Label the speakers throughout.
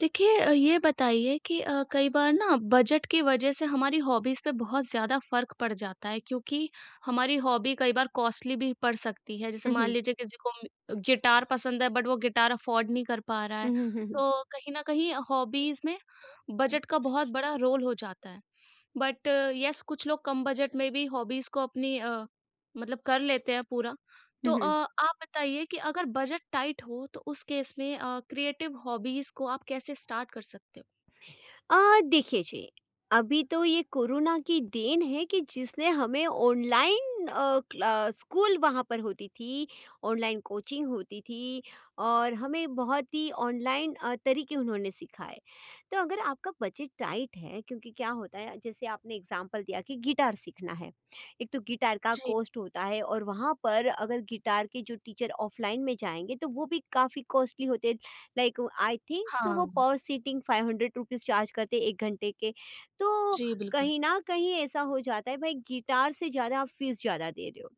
Speaker 1: देखिए ये बताइए कि कई बार ना बजट की वजह से हमारी हॉबीज़ पे बहुत ज़्यादा फ़र्क पड़ जाता है क्योंकि हमारी हॉबी कई बार कॉस्टली भी पड़ सकती है। जैसे
Speaker 2: हुँ,
Speaker 1: मान
Speaker 2: हुँ।
Speaker 1: लीजिए किसी को म गिटार पसंद है बट वो गिटार अफ़ोर्ड नहीं कर पा रहा है।
Speaker 2: हुँ, हुँ, हुँ, हुँ।
Speaker 1: तो कहीं न कहीं हॉबीज़ में बजट का बहुत बड़ा रोल हो जाता है। बट यस कुछ लोग कम बजट में भी हॉबीज को अपनी मतलब कर लेते हैं पूरा। तो
Speaker 2: हुँ, हुँ।
Speaker 1: आप बताइए कि अगर बजट टाइट हो तो उस केस में क्रिएटिव हॉबीज को आप कैसे स्टार्ट कर सकते हो?
Speaker 2: देखिए जी, अभी तो ये कोरोना की देन है कि जिसने हमें ऑनलाइन अ, क्ला स्कूल वहाँ पर होती थी, ऑनलाइन कोचिंग होती थी और हमें बहुत ही ऑनलाइन तरीके उन्होंने सिखाए। तो अगर आपका बजट टाइट है क्योंकि क्या होता है जैसे आपने एग्ज़ाम्पल दिया कि गिटार सीखना है। एक तो गिटार का
Speaker 1: जी,
Speaker 2: कॉस्ट होता है और वहाँ पर अगर गिटार के जो टीचर ऑफ़लाइन में जाएँगे तो वो भी काफ़ी कॉस्टली होते हैं। लाइक आई थिंक सो वो
Speaker 1: हाँ।
Speaker 2: पर seating five hundred rupees charge करते हैं 1 घंटे के। तो
Speaker 1: जी, बिल्कुल।
Speaker 2: कहीं न कहीं ऐसा हो जाता है भाई गिटार से ज़्यादा आप फ़ीस ज़्यादा दे रहे हो।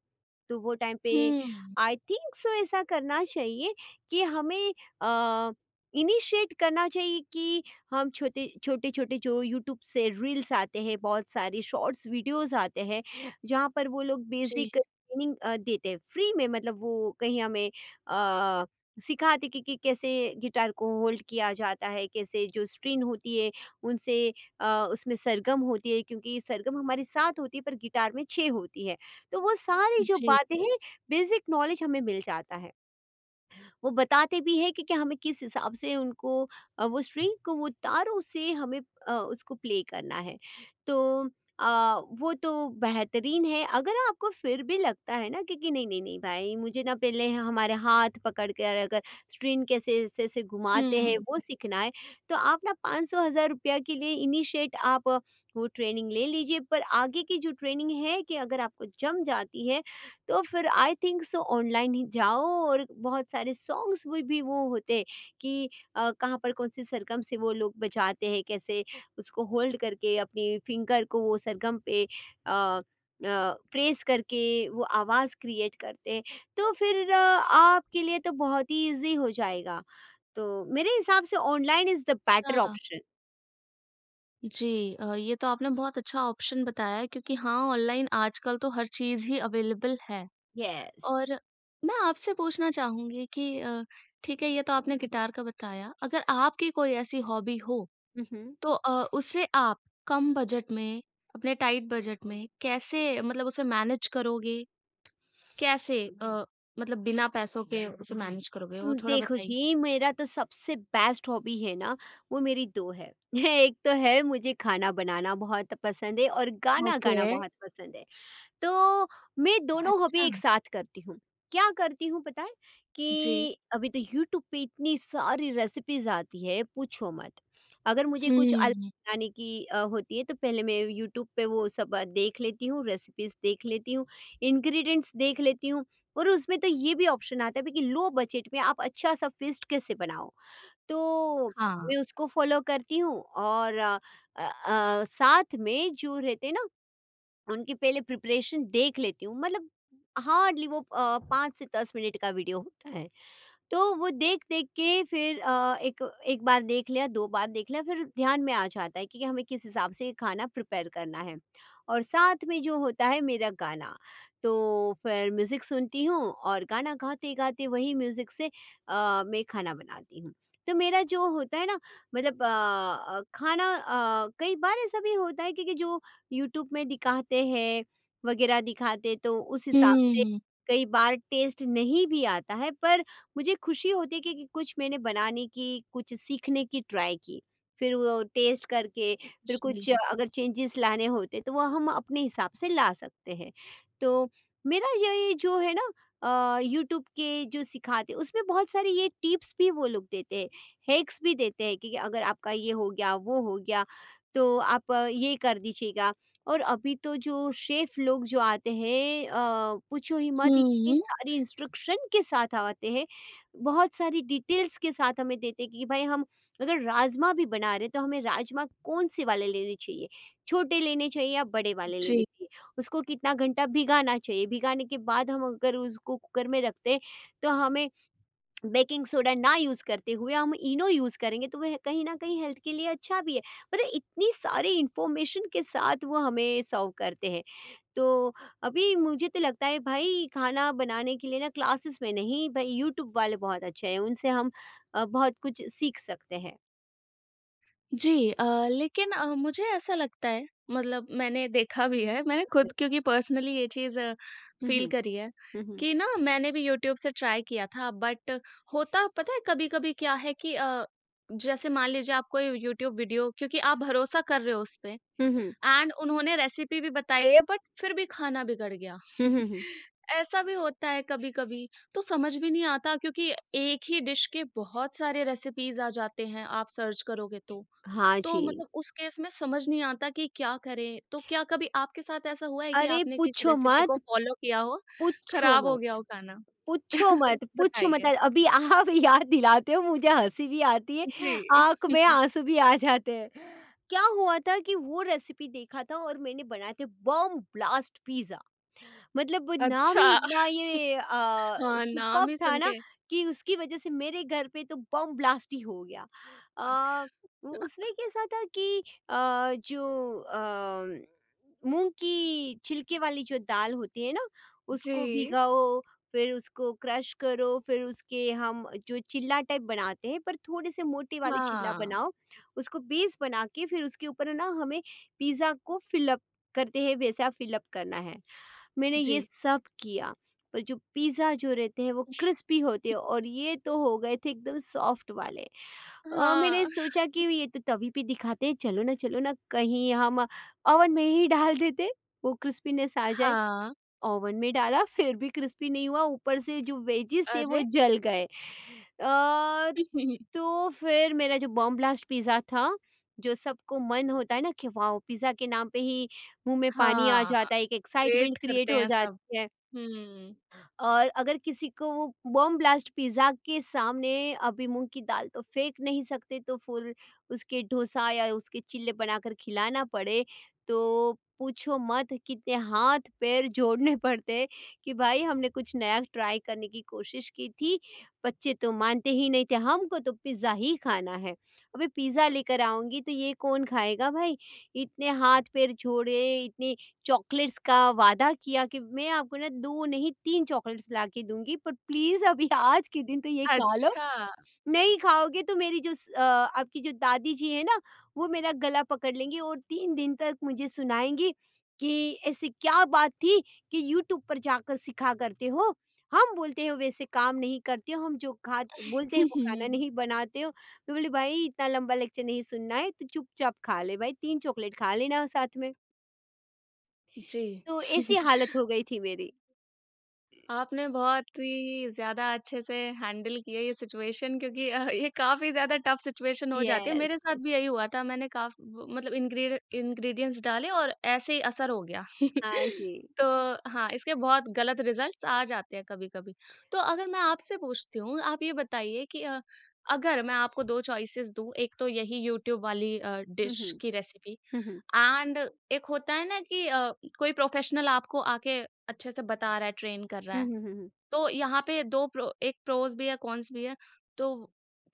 Speaker 2: तो वो टाइम पे
Speaker 1: हुँ।
Speaker 2: आई थिंक सो ऐसा करना चाहिए कि हमें अ, इनिशिएट करना चाहिए कि हम छोटे छोटे छोटे जो यूट्यूब से रील्स आते हैं बहुत सारी शॉर्ट्स वीडियोस आते हैं जहाँ पर वो लोग
Speaker 1: जी,
Speaker 2: बेसिक ट्रेनिंग देते हैं फ्री में मतलब वो कहीं हमें अ, सिखाते कि कैसे गिटार को होल्ड किया जाता है कैसे जो स्ट्रिन होती है उनसे अ, उसमें सरगम होती है क्योंकि सरगम हमारे सात होती है पर गिटार में छः होती है तो वो सारी जो
Speaker 1: जी।
Speaker 2: बातें हैं बेसिक नॉलेज हमें मिल जाता है। वो बताते भी हैं कि हमें किस हिसाब से उनको वो स्ट्रिंग को वो तारों से हमें उसको प्ले करना है। तो अ, वो तो बेहतरीन है अगर आपको फिर भी लगता है ना कि नहीं, नहीं, नहीं भाई मुझे ना पहले हमारे हाथ पकड़ कर अगर स्ट्रिंग कैसे ऐसे-ऐसे घुमाते
Speaker 1: हुँ।
Speaker 2: हैं वो सीखना है, तो आप ना 5,00,000 रुपया के लिए इनिशिएट आप वो ट्रेनिंग ले लीजिए पर आगे की जो ट्रेनिंग है कि अगर आपको जम जाती है तो फिर आई थिंक सो ऑनलाइन ही जाओ और बहुत सारे सॉन्ग्स वो भी वो होते हैं कि कहाँ पर कौन सी सरगम से वो लोग बजाते हैं कैसे उसको होल्ड करके अपनी फिंगर को वो सरगम पे प्रेस करके वो आवाज़ क्रिएट करते हैं तो फिर आपके लिए तो बहुत ही इजी हो जाएगा तो मेरे हिसाब से ऑनलाइन इज़ द
Speaker 1: अच्छा।
Speaker 2: Better option.
Speaker 1: जी ये तो आपने बहुत अच्छा ऑप्शन बताया है क्योंकि हाँ, ऑनलाइन आजकल तो हर चीज़ ही अवेलेबल है।
Speaker 2: यस।
Speaker 1: और मैं आपसे पूछना चाहूँगी कि ठीक है ये तो आपने गिटार का बताया, अगर आपकी कोई ऐसी हॉबी हो तो उसे आप कम बजट में, अपने टाइट बजट में कैसे मतलब उसे मैनेज करोगे? कैसे मतलब बिना पैसों के उसे मैनेज करोगे? वो थोड़ा
Speaker 2: देखो
Speaker 1: बताइए।
Speaker 2: जी, मेरा तो सबसे बेस्ट हॉबी है ना, वो मेरी 2 है। एक तो है मुझे खाना बनाना बहुत पसंद है और गाना
Speaker 1: ओके,
Speaker 2: गाना बहुत पसंद है। तो मैं दोनों हॉबी
Speaker 1: अच्छा।
Speaker 2: एक साथ करती हूँ। क्या करती हूँ पता है?
Speaker 1: जी।
Speaker 2: कि अभी तो यूट्यूब पे इतनी सारी रेसिपीज़ आती है, पूछो मत। अगर मुझे कुछ अलग
Speaker 1: हुँ,
Speaker 2: बनाने की होती है तो पहले मैं यूट्यूब पे वो सब देख लेती हूँ, रेसिपीज़ देख लेती हूँ, इंग्रीडिएंट्स देख लेती हूँ और उसमें तो ये भी ऑप्शन आता है कि लो बजट में आप अच्छा-सा फ़ीस्ट कैसे बनाओ? तो
Speaker 1: हाँ।
Speaker 2: मैं उसको फ़ॉलो करती हूँ और साथ में जो रहते हैं ना उनकी पहले प्रिपरेशन देख लेती हूँ मतलब हार्डली वो 5 से 10 मिनट का वीडियो होता है तो वो देख-देख के फिर अ, एक एक बार देख लिया, 2 बार देख लिया, फिर ध्यान में आ जाता है कि हमें किस हिसाब से खाना प्रिपेयर करना है। और साथ में जो होता है मेरा गाना, तो फिर म्यूज़िक सुनती हूँ और गाना गाते-गाते वही म्यूज़िक से मैं खाना बनाती हूँ। तो मेरा जो होता है ना मतलब खाना कई बार ऐसा भी होता है क्योंकि जो यूट्यूब में दिखाते हैं वगैरह दिखाते, तो उस हिसाब से
Speaker 1: हुँ,
Speaker 2: कई बार टेस्ट नहीं भी आता है पर मुझे खुशी होती है कि कुछ मैंने बनाने की, कुछ सीखने की ट्राई की। फिर वो टेस्ट करके फिर कुछ
Speaker 1: जी।
Speaker 2: अगर चेंजेस लाने होते तो वो हम अपने हिसाब से ला सकते हैं। तो मेरा ये जो है ना यूट्यूब के जो सिखाते उसमें बहुत सारी ये टिप्स भी वो लोग देते हैं, हैक्स भी देते हैं कि अगर आपका ये हो गया, वो हो गया तो आप ये कर दीजिएगा। और अभी तो जो शेफ़ लोग जो आते हैं पूछो ही मत इतनी
Speaker 1: हुँ,
Speaker 2: सारी इंस्ट्रक्शन के साथ आते हैं। बहुत सारी डिटेल्स के साथ हमें देते कि भाई हम अगर राजमा भी बना रहे तो हमें राजमा कौन से वाले लेने चाहिए छोटे लेने चाहिए या बड़े वाले लेने
Speaker 1: जी।
Speaker 2: चाहिए उसको कितना घंटा भिगाना चाहिए भिगाने के बाद हम अगर उसको कुकर में रखते हैं, तो हमें बेकिंग सोडा ना यूज़ करते हुए हम इनो यूज़ करेंगे तो वह कहीं न कहीं हेल्थ के लिए अच्छा भी है। मतलब इतनी सारी इन्फॉर्मेशन के साथ वो हमें सर्व करते हैं। तो अभी मुझे तो लगता है भाई खाना बनाने के लिए ना क्लासेस में नहीं भाई यूट्यूब वाले बहुत अच्छे हैं, उनसे हम बहुत कुछ सीख सकते हैं।
Speaker 1: जी लेकिन मुझे ऐसा लगता है मतलब मैंने देखा भी है मैंने खुद क्योंकि पर्सनली ये चीज़
Speaker 2: हुँ,
Speaker 1: फील
Speaker 2: हुँ।
Speaker 1: करी है
Speaker 2: हुँ, हुँ।
Speaker 1: कि ना मैंने भी यूट्यूब से ट्राई किया था बट होता पता है कभी-कभी क्या है कि जैसे मान लीजिए आप कोई यूट्यूब वीडियो क्योंकि आप भरोसा कर रहे हो उस पे
Speaker 2: हुँ, हुँ।
Speaker 1: एंड उन्होंने रेसिपी भी बताई है बट फिर भी खाना बिगड़ गया।
Speaker 2: हुँ, हुँ, हुँ।
Speaker 1: ऐसा भी होता है कभी-कभी तो समझ भी नहीं आता क्योंकि एक ही डिश के बहुत सारे रेसिपीज आ जाते हैं आप सर्च करोगे
Speaker 2: हाँ
Speaker 1: तो
Speaker 2: जी।
Speaker 1: मतलब उस केस में समझ नहीं आता कि क्या करें? तो क्या कभी आपके साथ ऐसा हुआ है कि
Speaker 2: अरे
Speaker 1: आपने किसी
Speaker 2: पूछो
Speaker 1: रेसिपी को
Speaker 2: मत,
Speaker 1: फ़ॉलो किया हो,
Speaker 2: पूछो
Speaker 1: खराब हो
Speaker 2: मत।
Speaker 1: गया हो खाना?
Speaker 2: पूछो मत, पूछो मत।
Speaker 1: बताइए।
Speaker 2: अभी आप याद दिलाते हो मुझे हँसी भी आती है,
Speaker 1: जी।
Speaker 2: आँख में आँसू भी आ जाते हैं। क्या हुआ था कि वो रेसिपी देखा था और मैंने बनाए थे बम ब्लास्ट पिज़्ज़ा। मतलब वो नाम
Speaker 1: अच्छा।
Speaker 2: ही इतना ये
Speaker 1: हाँ, नाम
Speaker 2: सुपर्ब
Speaker 1: ही
Speaker 2: था
Speaker 1: सुन
Speaker 2: ना
Speaker 1: के
Speaker 2: कि उसकी वजह से मेरे घर पे तो बम ब्लास्ट ही हो गया। अ, उ उसमें कैसा था कि अ, जो अ, मूँग की छिलके वाली जो दाल होती है ना,
Speaker 1: जी।
Speaker 2: उसको भिगाओ, फिर उसको क्रश करो, फिर उसके हम जो चिल्ला टाइप बनाते हैं, पर थोड़े-से मोटे वाले चिल्ला
Speaker 1: हाँ,
Speaker 2: बनाओ, उसको बेस बना के फिर उसके ऊपर ना हमें पिज़्ज़ा को फ़िल अप करते हैं, वैसा फ़िल अप करना है। मैंने ये
Speaker 1: जी।
Speaker 2: सब किया पर जो पिज़्ज़ा जो रहते हैं वो क्रिस्पी होते हैं और ये तो हो गए थे एकदम सॉफ्ट वाले। मैंने
Speaker 1: हाँ,
Speaker 2: सोचा कि ये तो तभी पे दिखाते हैं, चलो ना कहीं हम ओवन में ही डाल देते, वो क्रिस्पीनेस आ जाए।
Speaker 1: हाँ।
Speaker 2: ओवन में डाला फिर भी क्रिस्पी नहीं हुआ, ऊपर से जो वेजिज़ थे वो
Speaker 1: अरे!
Speaker 2: जल गए। तो फिर मेरा जो बॉम ब्लास्ट पिज़्ज़ा था, जो सबको मन होता है ना कि वाओ! पिज़्ज़ा के नाम पे ही मुँह में पानी आ
Speaker 1: हाँ,
Speaker 2: जाता है, एक
Speaker 1: वेट
Speaker 2: एक्साइटमेंट क्रिएट
Speaker 1: करते
Speaker 2: हो
Speaker 1: हैं सब।
Speaker 2: जाती है।
Speaker 1: हुँ।
Speaker 2: और अगर किसी को वो बॉम ब्लास्ट पिज़्ज़ा के सामने अभी मूँग की दाल तो फेंक नहीं सकते, तो फिर उसके डोसा या उसके चिल्ले बनाकर खिलाना पड़े, तो पूछो मत कितने हाथ-पैर जोड़ने पड़ते हैं कि भाई हमने कुछ नया ट्राई करने की कोशिश की थी, बच्चे तो मानते ही नहीं थे, हमको तो पिज़्ज़ा ही खाना है। अभी पिज़्ज़ा लेकर आऊँगी तो ये कौन खाएगा भाई? इतने हाथ-पैर जोड़े, इतनी चॉकलेट्स का वादा किया कि मैं आपको ना 2 नहीं 3 चॉकलेट्स ला के दूँगी पर प्लीज़ अभी आज के दिन तो ये खा लो,
Speaker 1: अच्छा।
Speaker 2: नहीं खाओगे तो मेरी जो आपकी जो दादी जी है ना, वो मेरा गला पकड़ लेंगी और 3 दिन तक मुझे सुनाएँगी कि ऐसी क्या बात थी कि यूट्यूब पर जाकर सीखा करते हो? हम बोलते हो वैसे काम नहीं करते हो, हम जो खा बोलते हैं वो खाना नहीं बनाते हो। मैं बोली भाई इतना लंबा लेक्चर नहीं सुनना है, तो चुपचाप खा ले भाई 3 चॉकलेट खा लेना साथ में।
Speaker 1: जी।
Speaker 2: तो ऐसी हालत हो गई थी मेरी।
Speaker 1: आपने बहुत ही ज़्यादा अच्छे से हैंडल किया ये सिचुएशन क्योंकि ये काफ़ी ज़्यादा टफ सिचुएशन हो जाती है।
Speaker 2: यस,
Speaker 1: मेरे साथ
Speaker 2: यस।
Speaker 1: भी यही हुआ था मैंने काफ़ व मतलब इंग्रीडिएंट्स डाले और ऐसे ही असर हो गया।
Speaker 2: हाँ जी।
Speaker 1: तो हाँ, इसके बहुत गलत रिज़ल्ट्स आ जाते हैं कभी-कभी। तो अगर मैं आपसे पूछती हूँ, आप ये बताइए कि अगर मैं आपको 2 चॉइसेस दूँ, एक तो यही यूट्यूब वाली
Speaker 2: हुँ,
Speaker 1: डिश
Speaker 2: हुँ।
Speaker 1: की रेसिपी
Speaker 2: हुँ, हुँ।
Speaker 1: एंड एक होता है ना कि कोई प्रोफ़ेशनल आपको आके अच्छे से बता रहा है, ट्रेन कर रहा
Speaker 2: हुँ,
Speaker 1: है।
Speaker 2: हुँ, हुँ, हुँ।
Speaker 1: तो यहाँ पे 2 प्रो एक प्रोस भी है, कॉन्स भी है। तो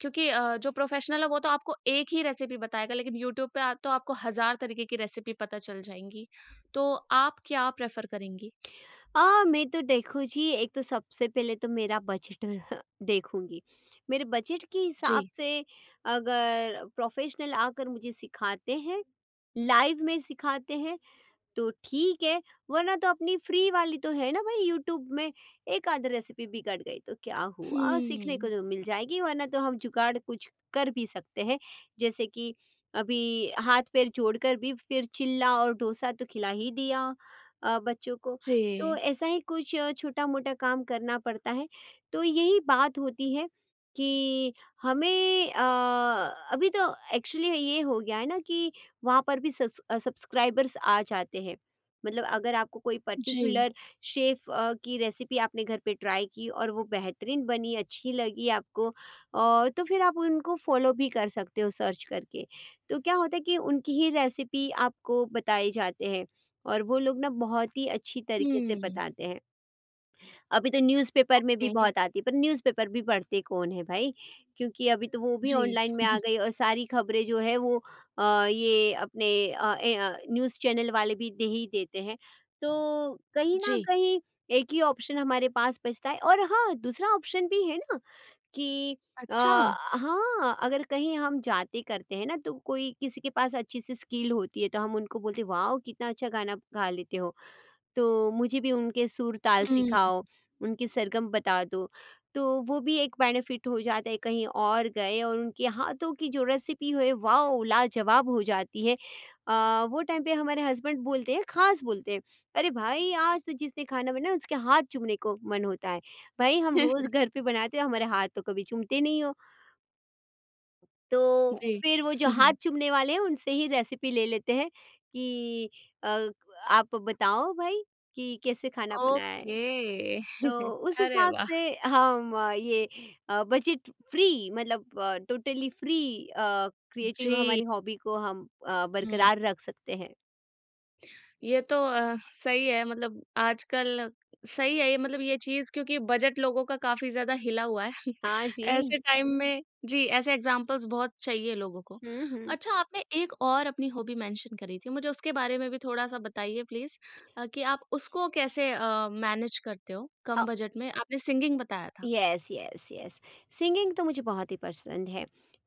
Speaker 1: क्योंकि जो प्रोफ़ेशनल है वो तो आपको एक ही रेसिपी बताएगा, लेकिन यूट्यूब पे आप तो आपको हज़ार तरीके की रेसिपी पता चल जाएँगी। तो आप क्या प्रेफ़र करेंगी?
Speaker 2: मैं तो देखो जी, एक तो सबसे पहले तो मेरा बजट देखूँगी। मेरे बजट के
Speaker 1: जी।
Speaker 2: हिसाब से अगर प्रोफ़ेशनल आकर मुझे सिखाते हैं, लाइव में सिखाते हैं, तो ठीक है, वरना तो अपनी फ्री वाली तो है ना भाई यूट्यूब में एक आध रेसिपी बिगड़ गई तो क्या हुआ? सीखने को
Speaker 1: हुँ।
Speaker 2: तो मिल जाएगी वरना तो हम जुगाड़ कुछ कर भी सकते हैं। जैसे कि अभी हाथ-पैर जोड़कर भी फिर चिल्ला और डोसा तो खिला ही दिया बच्चों को। तो
Speaker 1: जी।
Speaker 2: ऐसा ही कुछ छोटा-मोटा काम करना पड़ता है। तो यही बात होती है कि हमें अभी तो एक्चुअली ये हो गया है ना कि वहाँ पर भी सब्सक्राइबर्स आ जाते हैं। मतलब अगर आपको कोई
Speaker 1: जी।
Speaker 2: पर्टिकुलर शेफ़ की रेसिपी आपने घर पे ट्राई की और वो बेहतरीन बनी, अच्छी लगी आपको तो फिर आप उनको फ़ॉलो भी कर सकते हो सर्च करके। तो क्या होता है कि उनकी ही रेसिपी आपको बताई जाते हैं और वो लोग ना बहुत ही अच्छी तरीके से
Speaker 1: हुँ।
Speaker 2: बताते हैं। अभी तो न्यूज़पेपर में भी
Speaker 1: ओके।
Speaker 2: बहुत आती है, पर न्यूज़पेपर भी पढ़ते कौन है भाई? क्योंकि अभी तो वो भी
Speaker 1: जी।
Speaker 2: ऑनलाइन में आ गई और सारी खबरें जो है वो अ, ये अपने अ, ए अ, न्यूज़ चैनल वाले भी दे ही देते हैं। तो कहीं न
Speaker 1: जी।
Speaker 2: कहीं एक ही ऑप्शन हमारे पास बचता है और हाँ, दूसरा ऑप्शन भी है ना कि
Speaker 1: अच्छा।
Speaker 2: हाँ, अगर कहीं हम जाते करते हैं ना तो कोई किसी के पास अच्छी-सी स्किल होती है तो हम उनको बोलते हैं, "वाओ! कितना अच्छा गाना गा लेते हो।" तो मुझे भी उनके सुर ताल
Speaker 1: हुँ।
Speaker 2: सिखाओ, उनके सरगम बता दो। तो वो भी एक बेनिफिट हो जाता है, कहीं और गए और उनके हाथों की जो रेसिपी है, वॉव! लाजवाब हो जाती है। अ, वो टाइम पे हमारे हस्बैंड बोलते हैं, ख़ास बोलते हैं, "अरे भाई! आज तो जिसने खाना बनाया उसके हाथ चूमने को मन होता है। भाई हम रोज़ घर पे बनाते हो, हमारे हाथ तो कभी चूमते नहीं हो।" तो
Speaker 1: जी।
Speaker 2: फिर वो जो हाथ चूमने वाले हैं उनसे ही रेसिपी ले लेते हैं कि अ, आप बताओ भाई कि कैसे खाना बनाया है।
Speaker 1: ओके।
Speaker 2: तो उस
Speaker 1: अरे
Speaker 2: हिसाब से
Speaker 1: वाह!
Speaker 2: हम ये बजट फ्री मतलब टोटली फ्री क्रिएटिव
Speaker 1: जी।
Speaker 2: हमारी हॉबी को हम
Speaker 1: हुँ।
Speaker 2: बरकरार रख सकते हैं।
Speaker 1: ये तो सही है मतलब आजकल सही है ये मतलब ये चीज़ क्योंकि बजट लोगों का काफ़ी ज़्यादा हिला हुआ है।
Speaker 2: हाँ जी।
Speaker 1: ऐसे टाइम में जी, ऐसे एग्ज़ाम्पल्स बहुत चाहिए लोगों को।
Speaker 2: हुँ, हुँ।
Speaker 1: अच्छा आपने एक और अपनी हॉबी मेंशन करी थी, मुझे उसके बारे में भी थोड़ा-सा बताइए प्लीज़ कि आप उसको कैसे मैनेज करते हो कम बजट में? आपने सिंगिंग बताया था।
Speaker 2: यस यस यस सिंगिंग तो मुझे बहुत ही पसंद है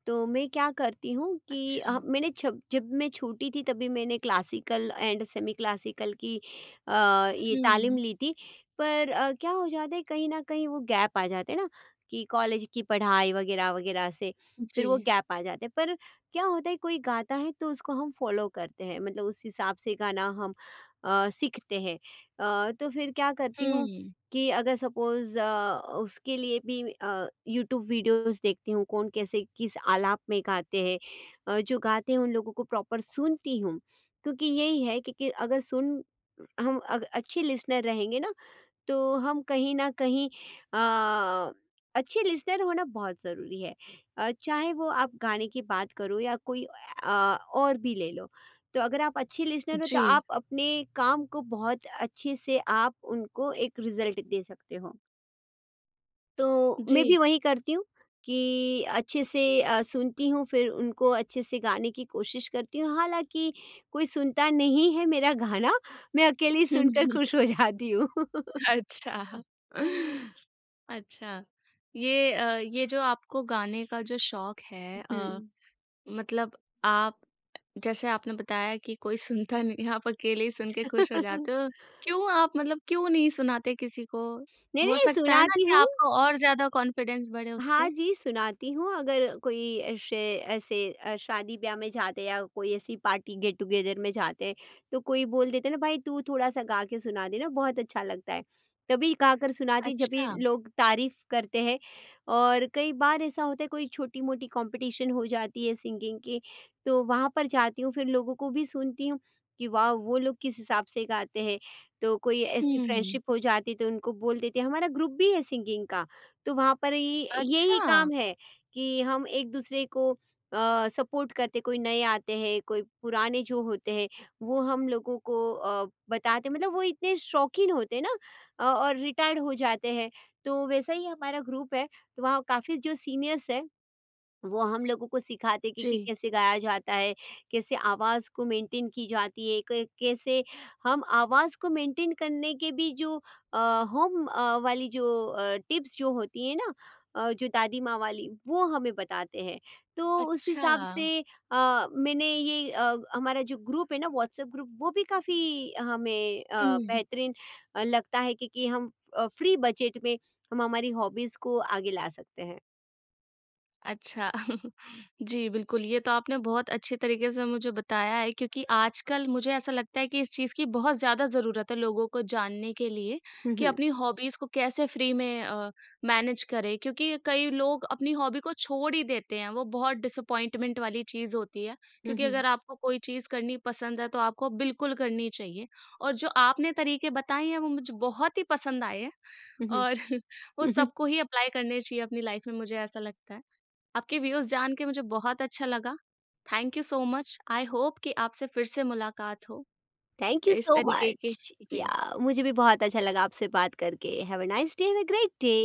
Speaker 2: तो मैं क्या करती हूँ कि
Speaker 1: अच्छा।
Speaker 2: मैंने जब जब मैं छोटी थी तभी मैंने क्लासिकल एंड सेमी क्लासिकल की अ, ये तालीम
Speaker 1: हुँ,
Speaker 2: ली थी पर क्या हो जाता है कहीं ना कहीं वो गैप आ जाते हैं ना कि कॉलेज की पढ़ाई वगैरह वगैरह से
Speaker 1: जी।
Speaker 2: फिर वो गैप आ जाते हैं पर क्या होता है कोई गाता है तो उसको हम फॉलो करते हैं मतलब उस हिसाब से गाना हम सीखते हैं। तो फिर क्या करती हूँ
Speaker 1: हुँ,
Speaker 2: कि अगर सपोज़ उसके लिए भी यूट्यूब वीडियोस देखती हूँ, कौन कैसे किस आलाप में गाते हैं। जो गाते हैं उन लोगों को प्रॉपर सुनती हूँ, क्योंकि यही है कि अगर सुन हम अग अच्छे लिसनर रहेंगे ना तो हम कहीं न कहीं अ, अच्छे लिसनर होना बहुत ज़रूरी है। चाहे वो आप गाने की बात करो या कोई अ, और भी ले लो। तो अगर आप अच्छे लिसनर हो
Speaker 1: जी,
Speaker 2: तो आप अपने काम को बहुत अच्छे से आप उनको एक रिज़ल्ट दे सकते हो। तो
Speaker 1: जी।
Speaker 2: मैं भी वही करती हूँ कि अच्छे से सुनती हूँ फिर उनको अच्छे से गाने की कोशिश करती हूँ। हालाँकि कोई सुनता नहीं है मेरा गाना, मैं अकेली सुनकर
Speaker 1: हम्म।
Speaker 2: खुश हो जाती हूँ।
Speaker 1: अच्छा। अच्छा, ये ये जो आपको गाने का जो शौक है
Speaker 2: हुँ।
Speaker 1: मतलब आप जैसे आपने बताया कि कोई सुनता नहीं, आप अकेले ही सुन के खुश हो जाते हो। क्यों आप मतलब क्यों नहीं सुनाते किसी को?
Speaker 2: नहीं,
Speaker 1: हो
Speaker 2: नहीं
Speaker 1: सकता है ना
Speaker 2: सुनाती
Speaker 1: कि
Speaker 2: हूँ।
Speaker 1: आपको और ज़्यादा कॉन्फिडेंस बढ़े उससे?
Speaker 2: हाँ जी, सुनाती हूँ अगर कोई ऐसे ऐसे शादी-ब्याह में जाते या कोई ऐसी पार्टी गेट-टुगेदर में जाते हैं, तो कोई बोल देता है ना भाई तू थोड़ा-सा गा के सुना देना बहुत अच्छा लगता है। तभी गा कर सुनाती जब भी
Speaker 1: अच्छा,
Speaker 2: लोग तारीफ़ करते हैं और कई बार ऐसा होता है कोई छोटी-मोटी कॉम्पिटिशन हो जाती है सिंगिंग की, तो वहाँ पर जाती हूँ फिर लोगों को भी सुनती हूँ कि वाओ! वो लोग किस हिसाब से गाते हैं। तो कोई ऐसी
Speaker 1: हुँ,
Speaker 2: फ्रेंडशिप हो जाती है तो उनको बोल देते हैं हमारा ग्रुप भी है सिंगिंग का। तो वहाँ पर ये यही
Speaker 1: अच्छा,
Speaker 2: काम है कि हम एक-दूसरे को सपोर्ट करते कोई नए आते हैं, कोई पुराने जो होते हैं, वो हम लोगों को बताते मतलब वो इतने शौकीन होते हैं ना और रिटायर्ड हो जाते हैं, तो वैसा ही हमारा ग्रुप है, तो वहाँ काफ़ी जो सीनियर्स है वो हम लोगों को सिखाते कि
Speaker 1: जी,
Speaker 2: कैसे गाया जाता है, कैसे आवाज़ को मेंटेन की जाती है, कै कैसे हम आवाज़ को मेंटेन करने के भी जो अ, होम वाली जो टिप्स जो होती है ना जो दादी माँ वाली, वो हमें बताते हैं। तो उस
Speaker 1: अच्छा,
Speaker 2: हिसाब से मैंने ये हमारा जो ग्रुप है ना व्हाट्सएप ग्रुप, वो भी काफ़ी हमें
Speaker 1: हुँ।
Speaker 2: बेहतरीन लगता है कि हम फ्री बजट में हम हमारी हॉबीज़ को आगे ला सकते हैं।
Speaker 1: अच्छा। जी, बिल्कुल, ये तो आपने बहुत अच्छे तरीके से मुझे बताया है क्योंकि आजकल मुझे ऐसा लगता है कि इस चीज़ की बहुत ज़्यादा ज़रूरत है लोगों को जानने के लिए
Speaker 2: हुँ,
Speaker 1: कि
Speaker 2: हुँ।
Speaker 1: अपनी हॉबीज़ को कैसे फ्री में मैनेज करें क्योंकि कई लोग अपनी हॉबी को छोड़ ही देते हैं, वो बहुत डिसअपॉइंटमेंट वाली चीज़ होती है
Speaker 2: हुँ,
Speaker 1: क्योंकि
Speaker 2: हुँ।
Speaker 1: अगर आपको कोई चीज़ करनी पसंद है तो आपको बिल्कुल करनी चाहिए और जो आपने तरीके बताए हैं वो मुझे बहुत ही पसंद आए हैं
Speaker 2: हुँ, हुँ।
Speaker 1: और वो सबको ही अप्लाई करने चाहिए अपनी लाइफ़ में मुझे ऐसा लगता है। आपके व्यूज़ जान के मुझे बहुत अच्छा लगा। Thank you so much. I hope कि आपसे फिर से मुलाकात हो,
Speaker 2: थैंक यू
Speaker 1: इस
Speaker 2: सो
Speaker 1: तरीके के
Speaker 2: मच
Speaker 1: जी।
Speaker 2: या मुझे भी बहुत अच्छा लगा आपसे बात करके। Have a nice day. Have a great day.